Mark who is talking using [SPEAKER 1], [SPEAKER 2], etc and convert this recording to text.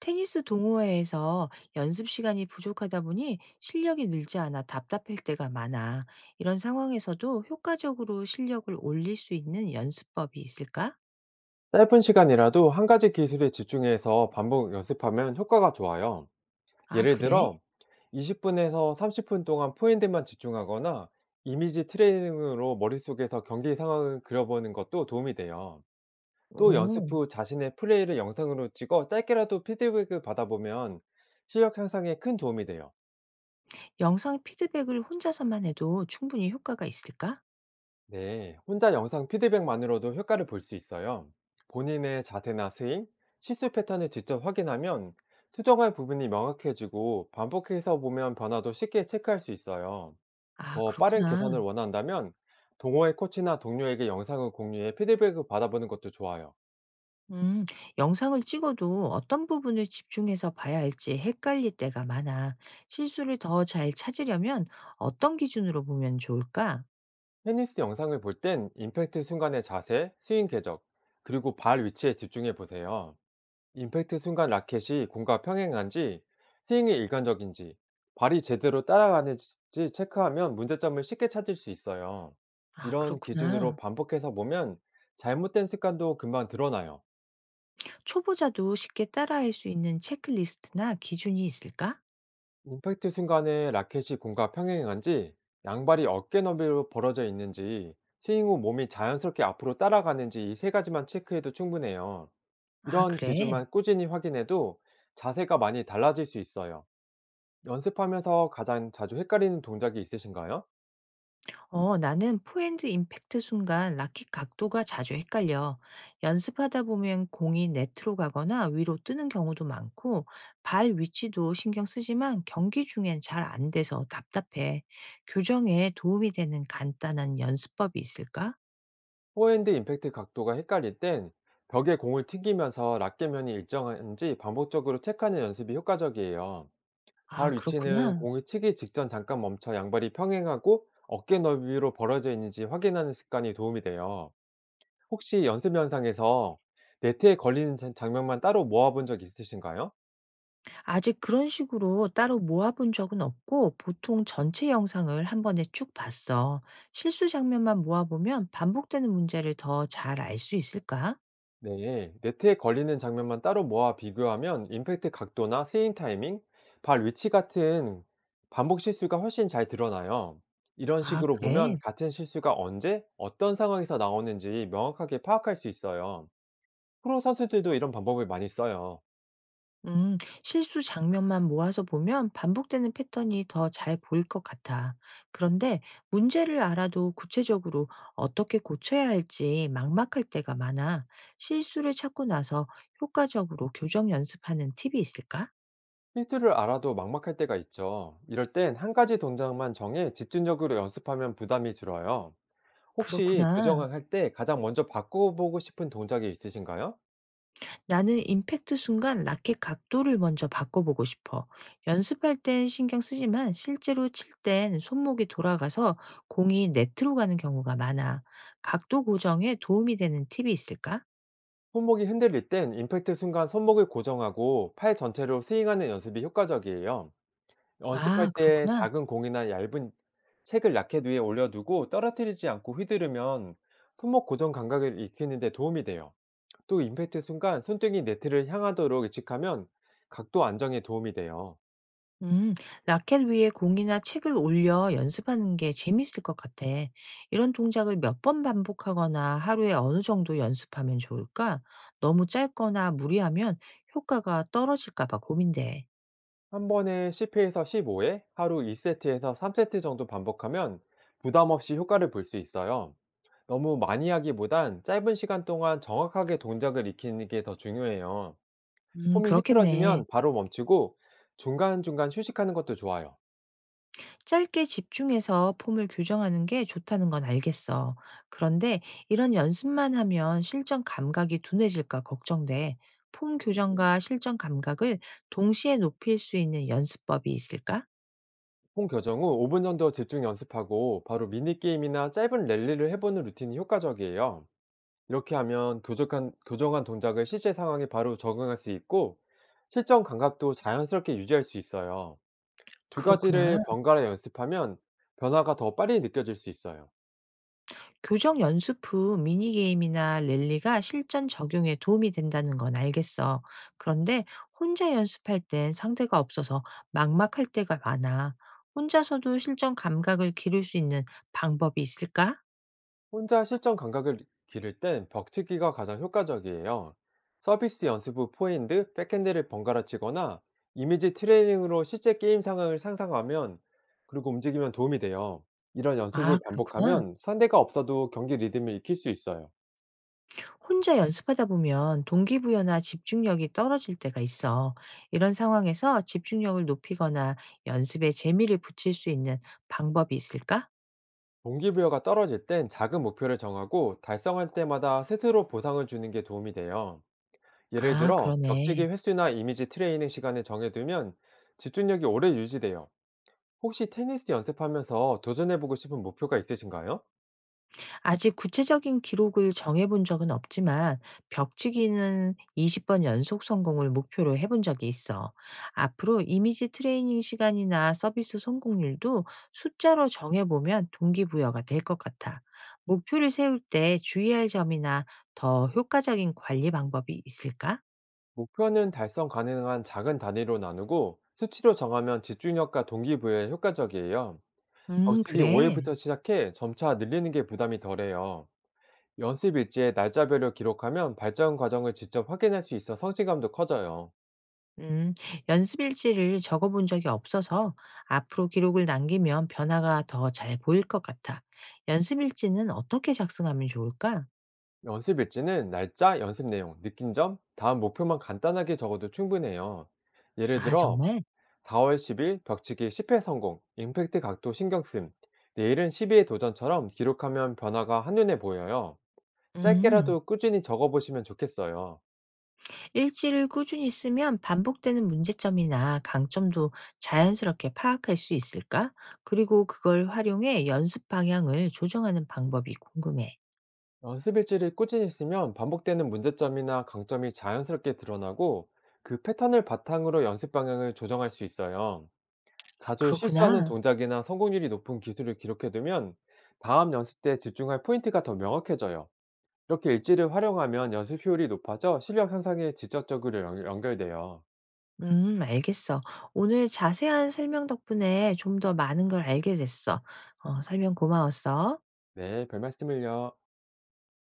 [SPEAKER 1] 테니스 동호회에서 연습 시간이 부족하다 보니 실력이 늘지 않아 답답할 때가 많아. 이런 상황에서도 효과적으로 실력을 올릴 수 있는 연습법이 있을까?
[SPEAKER 2] 짧은 시간이라도 한 가지 기술에 집중해서 반복 연습하면 효과가 좋아요.
[SPEAKER 1] 아,
[SPEAKER 2] 예를
[SPEAKER 1] 그래?
[SPEAKER 2] 들어, 20분에서 30분 동안 포인트만 집중하거나 이미지 트레이닝으로 머릿속에서 경기 상황을 그려보는 것도 도움이 돼요. 또 연습
[SPEAKER 1] 오,
[SPEAKER 2] 후 자신의 플레이를 영상으로 찍어 짧게라도 피드백을 받아보면 실력 향상에 큰 도움이 돼요.
[SPEAKER 1] 영상 피드백을 혼자서만 해도 충분히 효과가 있을까?
[SPEAKER 2] 네, 혼자 영상 피드백만으로도 효과를 볼 수 있어요. 본인의 자세나 스윙, 시수 패턴을 직접 확인하면 수정할 부분이 명확해지고 반복해서 보면 변화도 쉽게 체크할 수 있어요.
[SPEAKER 1] 아,
[SPEAKER 2] 더 빠른
[SPEAKER 1] 그렇구나.
[SPEAKER 2] 개선을 원한다면 동호회 코치나 동료에게 영상을 공유해 피드백을 받아보는 것도 좋아요.
[SPEAKER 1] 음, 영상을 찍어도 어떤 부분을 집중해서 봐야 할지 헷갈릴 때가 많아. 실수를 더 잘 찾으려면 어떤 기준으로 보면 좋을까?
[SPEAKER 2] 테니스 영상을 볼 땐 임팩트 순간의 자세, 스윙 궤적, 그리고 발 위치에 집중해 보세요. 임팩트 순간 라켓이 공과 평행한지, 스윙이 일관적인지, 발이 제대로 따라가는지 체크하면 문제점을 쉽게 찾을 수 있어요.
[SPEAKER 1] 아,
[SPEAKER 2] 이런 기준으로
[SPEAKER 1] 그렇구나.
[SPEAKER 2] 반복해서 보면 잘못된 습관도 금방 드러나요.
[SPEAKER 1] 초보자도 쉽게 따라할 수 있는 체크리스트나 기준이 있을까?
[SPEAKER 2] 임팩트 순간에 라켓이 공과 평행한지, 양발이 어깨 너비로 벌어져 있는지, 스윙 후 몸이 자연스럽게 앞으로 따라가는지 이 세 가지만 체크해도 충분해요.
[SPEAKER 1] 아,
[SPEAKER 2] 이런
[SPEAKER 1] 그래.
[SPEAKER 2] 기준만 꾸준히 확인해도 자세가 많이 달라질 수 있어요. 연습하면서 가장 자주 헷갈리는 동작이 있으신가요?
[SPEAKER 1] 나는 포핸드 임팩트 순간 라켓 각도가 자주 헷갈려. 연습하다 보면 공이 네트로 가거나 위로 뜨는 경우도 많고, 발 위치도 신경 쓰지만 경기 중엔 잘 안 돼서 답답해. 교정에 도움이 되는 간단한 연습법이 있을까?
[SPEAKER 2] 포핸드 임팩트 각도가 헷갈릴 땐 벽에 공을 튕기면서 라켓면이 일정한지 반복적으로 체크하는 연습이 효과적이에요.
[SPEAKER 1] 아,
[SPEAKER 2] 발 위치는
[SPEAKER 1] 그렇구나.
[SPEAKER 2] 공을 치기 직전 잠깐 멈춰 양발이 평행하고 어깨 너비로 벌어져 있는지 확인하는 습관이 도움이 돼요. 혹시 연습 영상에서 네트에 걸리는 장면만 따로 모아본 적 있으신가요?
[SPEAKER 1] 아직 그런 식으로 따로 모아본 적은 없고 보통 전체 영상을 한 번에 쭉 봤어. 실수 장면만 모아보면 반복되는 문제를 더 잘 알 수 있을까?
[SPEAKER 2] 네, 네트에 걸리는 장면만 따로 모아 비교하면 임팩트 각도나 스윙 타이밍, 발 위치 같은 반복 실수가 훨씬 잘 드러나요. 이런
[SPEAKER 1] 아,
[SPEAKER 2] 식으로 보면
[SPEAKER 1] 그래.
[SPEAKER 2] 같은 실수가 언제, 어떤 상황에서 나오는지 명확하게 파악할 수 있어요. 프로 선수들도 이런 방법을 많이 써요.
[SPEAKER 1] 음, 실수 장면만 모아서 보면 반복되는 패턴이 더 잘 보일 것 같아. 그런데 문제를 알아도 구체적으로 어떻게 고쳐야 할지 막막할 때가 많아. 실수를 찾고 나서 효과적으로 교정 연습하는 팁이 있을까?
[SPEAKER 2] 실수를 알아도 막막할 때가 있죠. 이럴 땐 한 가지 동작만 정해 집중적으로 연습하면 부담이 줄어요. 혹시
[SPEAKER 1] 그렇구나.
[SPEAKER 2] 교정할 때 가장 먼저 바꿔보고 싶은 동작이 있으신가요?
[SPEAKER 1] 나는 임팩트 순간 라켓 각도를 먼저 바꿔보고 싶어. 연습할 땐 신경 쓰지만 실제로 칠 땐 손목이 돌아가서 공이 네트로 가는 경우가 많아. 각도 고정에 도움이 되는 팁이 있을까?
[SPEAKER 2] 손목이 흔들릴 땐 임팩트 순간 손목을 고정하고 팔 전체로 스윙하는 연습이 효과적이에요. 연습할
[SPEAKER 1] 아,
[SPEAKER 2] 때
[SPEAKER 1] 그렇구나.
[SPEAKER 2] 작은 공이나 얇은 책을 라켓 위에 올려두고 떨어뜨리지 않고 휘두르면 손목 고정 감각을 익히는 데 도움이 돼요. 또 임팩트 순간 손등이 네트를 향하도록 의식하면 각도 안정에 도움이 돼요.
[SPEAKER 1] 음, 라켓 위에 공이나 책을 올려 연습하는 게 재밌을 것 같아. 이런 동작을 몇 번 반복하거나 하루에 어느 정도 연습하면 좋을까? 너무 짧거나 무리하면 효과가 떨어질까 봐 고민돼.
[SPEAKER 2] 한 번에 10회에서 15회, 하루 2세트에서 3세트 정도 반복하면 부담 없이 효과를 볼 수 있어요. 너무 많이 하기보단 짧은 시간 동안 정확하게 동작을 익히는 게 더 중요해요. 홈이
[SPEAKER 1] 그렇겠네.
[SPEAKER 2] 흐트러지면 바로 멈추고 중간중간 휴식하는 것도 좋아요.
[SPEAKER 1] 짧게 집중해서 폼을 교정하는 게 좋다는 건 알겠어. 그런데 이런 연습만 하면 실전 감각이 둔해질까 걱정돼. 폼 교정과 실전 감각을 동시에 높일 수 있는 연습법이 있을까?
[SPEAKER 2] 홈 교정 후 5분 정도 집중 연습하고 바로 미니게임이나 짧은 랠리를 해보는 루틴이 효과적이에요. 이렇게 하면 교정한 동작을 실제 상황에 바로 적응할 수 있고 실전 감각도 자연스럽게 유지할 수 있어요. 두
[SPEAKER 1] 그렇구나.
[SPEAKER 2] 가지를 번갈아 연습하면 변화가 더 빨리 느껴질 수 있어요.
[SPEAKER 1] 교정 연습 후 미니게임이나 랠리가 실전 적용에 도움이 된다는 건 알겠어. 그런데 혼자 연습할 땐 상대가 없어서 막막할 때가 많아. 혼자서도 실전 감각을 기를 수 있는 방법이 있을까?
[SPEAKER 2] 혼자 실전 감각을 기를 땐 벽치기가 가장 효과적이에요. 서비스 연습 후 포핸드, 백핸드를 번갈아 치거나 이미지 트레이닝으로 실제 게임 상황을 상상하면 그리고 움직이면 도움이 돼요. 이런
[SPEAKER 1] 아,
[SPEAKER 2] 연습을
[SPEAKER 1] 그렇구나.
[SPEAKER 2] 반복하면 상대가 없어도 경기 리듬을 익힐 수 있어요.
[SPEAKER 1] 혼자 연습하다 보면 동기부여나 집중력이 떨어질 때가 있어. 이런 상황에서 집중력을 높이거나 연습에 재미를 붙일 수 있는 방법이 있을까?
[SPEAKER 2] 동기부여가 떨어질 땐 작은 목표를 정하고 달성할 때마다 스스로 보상을 주는 게 도움이 돼요. 예를
[SPEAKER 1] 아,
[SPEAKER 2] 들어 벽지기
[SPEAKER 1] 그러네.
[SPEAKER 2] 횟수나 이미지 트레이닝 시간을 정해두면 집중력이 오래 유지돼요. 혹시 테니스 연습하면서 도전해보고 싶은 목표가 있으신가요?
[SPEAKER 1] 아직 구체적인 기록을 정해본 적은 없지만 벽치기는 20번 연속 성공을 목표로 해본 적이 있어. 앞으로 이미지 트레이닝 시간이나 서비스 성공률도 숫자로 정해보면 동기부여가 될 것 같아. 목표를 세울 때 주의할 점이나 더 효과적인 관리 방법이 있을까?
[SPEAKER 2] 목표는 달성 가능한 작은 단위로 나누고 수치로 정하면 집중력과 동기부여에 효과적이에요. 벽지기
[SPEAKER 1] 그래.
[SPEAKER 2] 5회부터 시작해 점차 늘리는 게 부담이 덜해요. 연습 일지에 날짜별로 기록하면 발전 과정을 직접 확인할 수 있어 성취감도 커져요.
[SPEAKER 1] 음, 연습 일지를 적어본 적이 없어서 앞으로 기록을 남기면 변화가 더 잘 보일 것 같아. 연습 일지는 어떻게 작성하면 좋을까?
[SPEAKER 2] 연습 일지는 날짜, 연습 내용, 느낀 점, 다음 목표만 간단하게 적어도 충분해요. 예를
[SPEAKER 1] 아,
[SPEAKER 2] 들어,
[SPEAKER 1] 정말?
[SPEAKER 2] 4월 10일 벽치기 10회 성공, 임팩트 각도 신경 씀, 내일은 12회 도전처럼 기록하면 변화가 한눈에 보여요.
[SPEAKER 1] 음,
[SPEAKER 2] 짧게라도 꾸준히 적어보시면 좋겠어요.
[SPEAKER 1] 일지를 꾸준히 쓰면 반복되는 문제점이나 강점도 자연스럽게 파악할 수 있을까? 그리고 그걸 활용해 연습 방향을 조정하는 방법이 궁금해.
[SPEAKER 2] 연습 일지를 꾸준히 쓰면 반복되는 문제점이나 강점이 자연스럽게 드러나고 그 패턴을 바탕으로 연습 방향을 조정할 수 있어요.
[SPEAKER 1] 아,
[SPEAKER 2] 자주 실수하는
[SPEAKER 1] 그렇구나.
[SPEAKER 2] 동작이나 성공률이 높은 기술을 기록해두면 다음 연습 때 집중할 포인트가 더 명확해져요. 이렇게 일지를 활용하면 연습 효율이 높아져 실력 향상에 직접적으로 연결돼요.
[SPEAKER 1] 알겠어. 오늘 자세한 설명 덕분에 좀 더 많은 걸 알게 됐어. 설명 고마웠어.
[SPEAKER 2] 네, 별 말씀을요.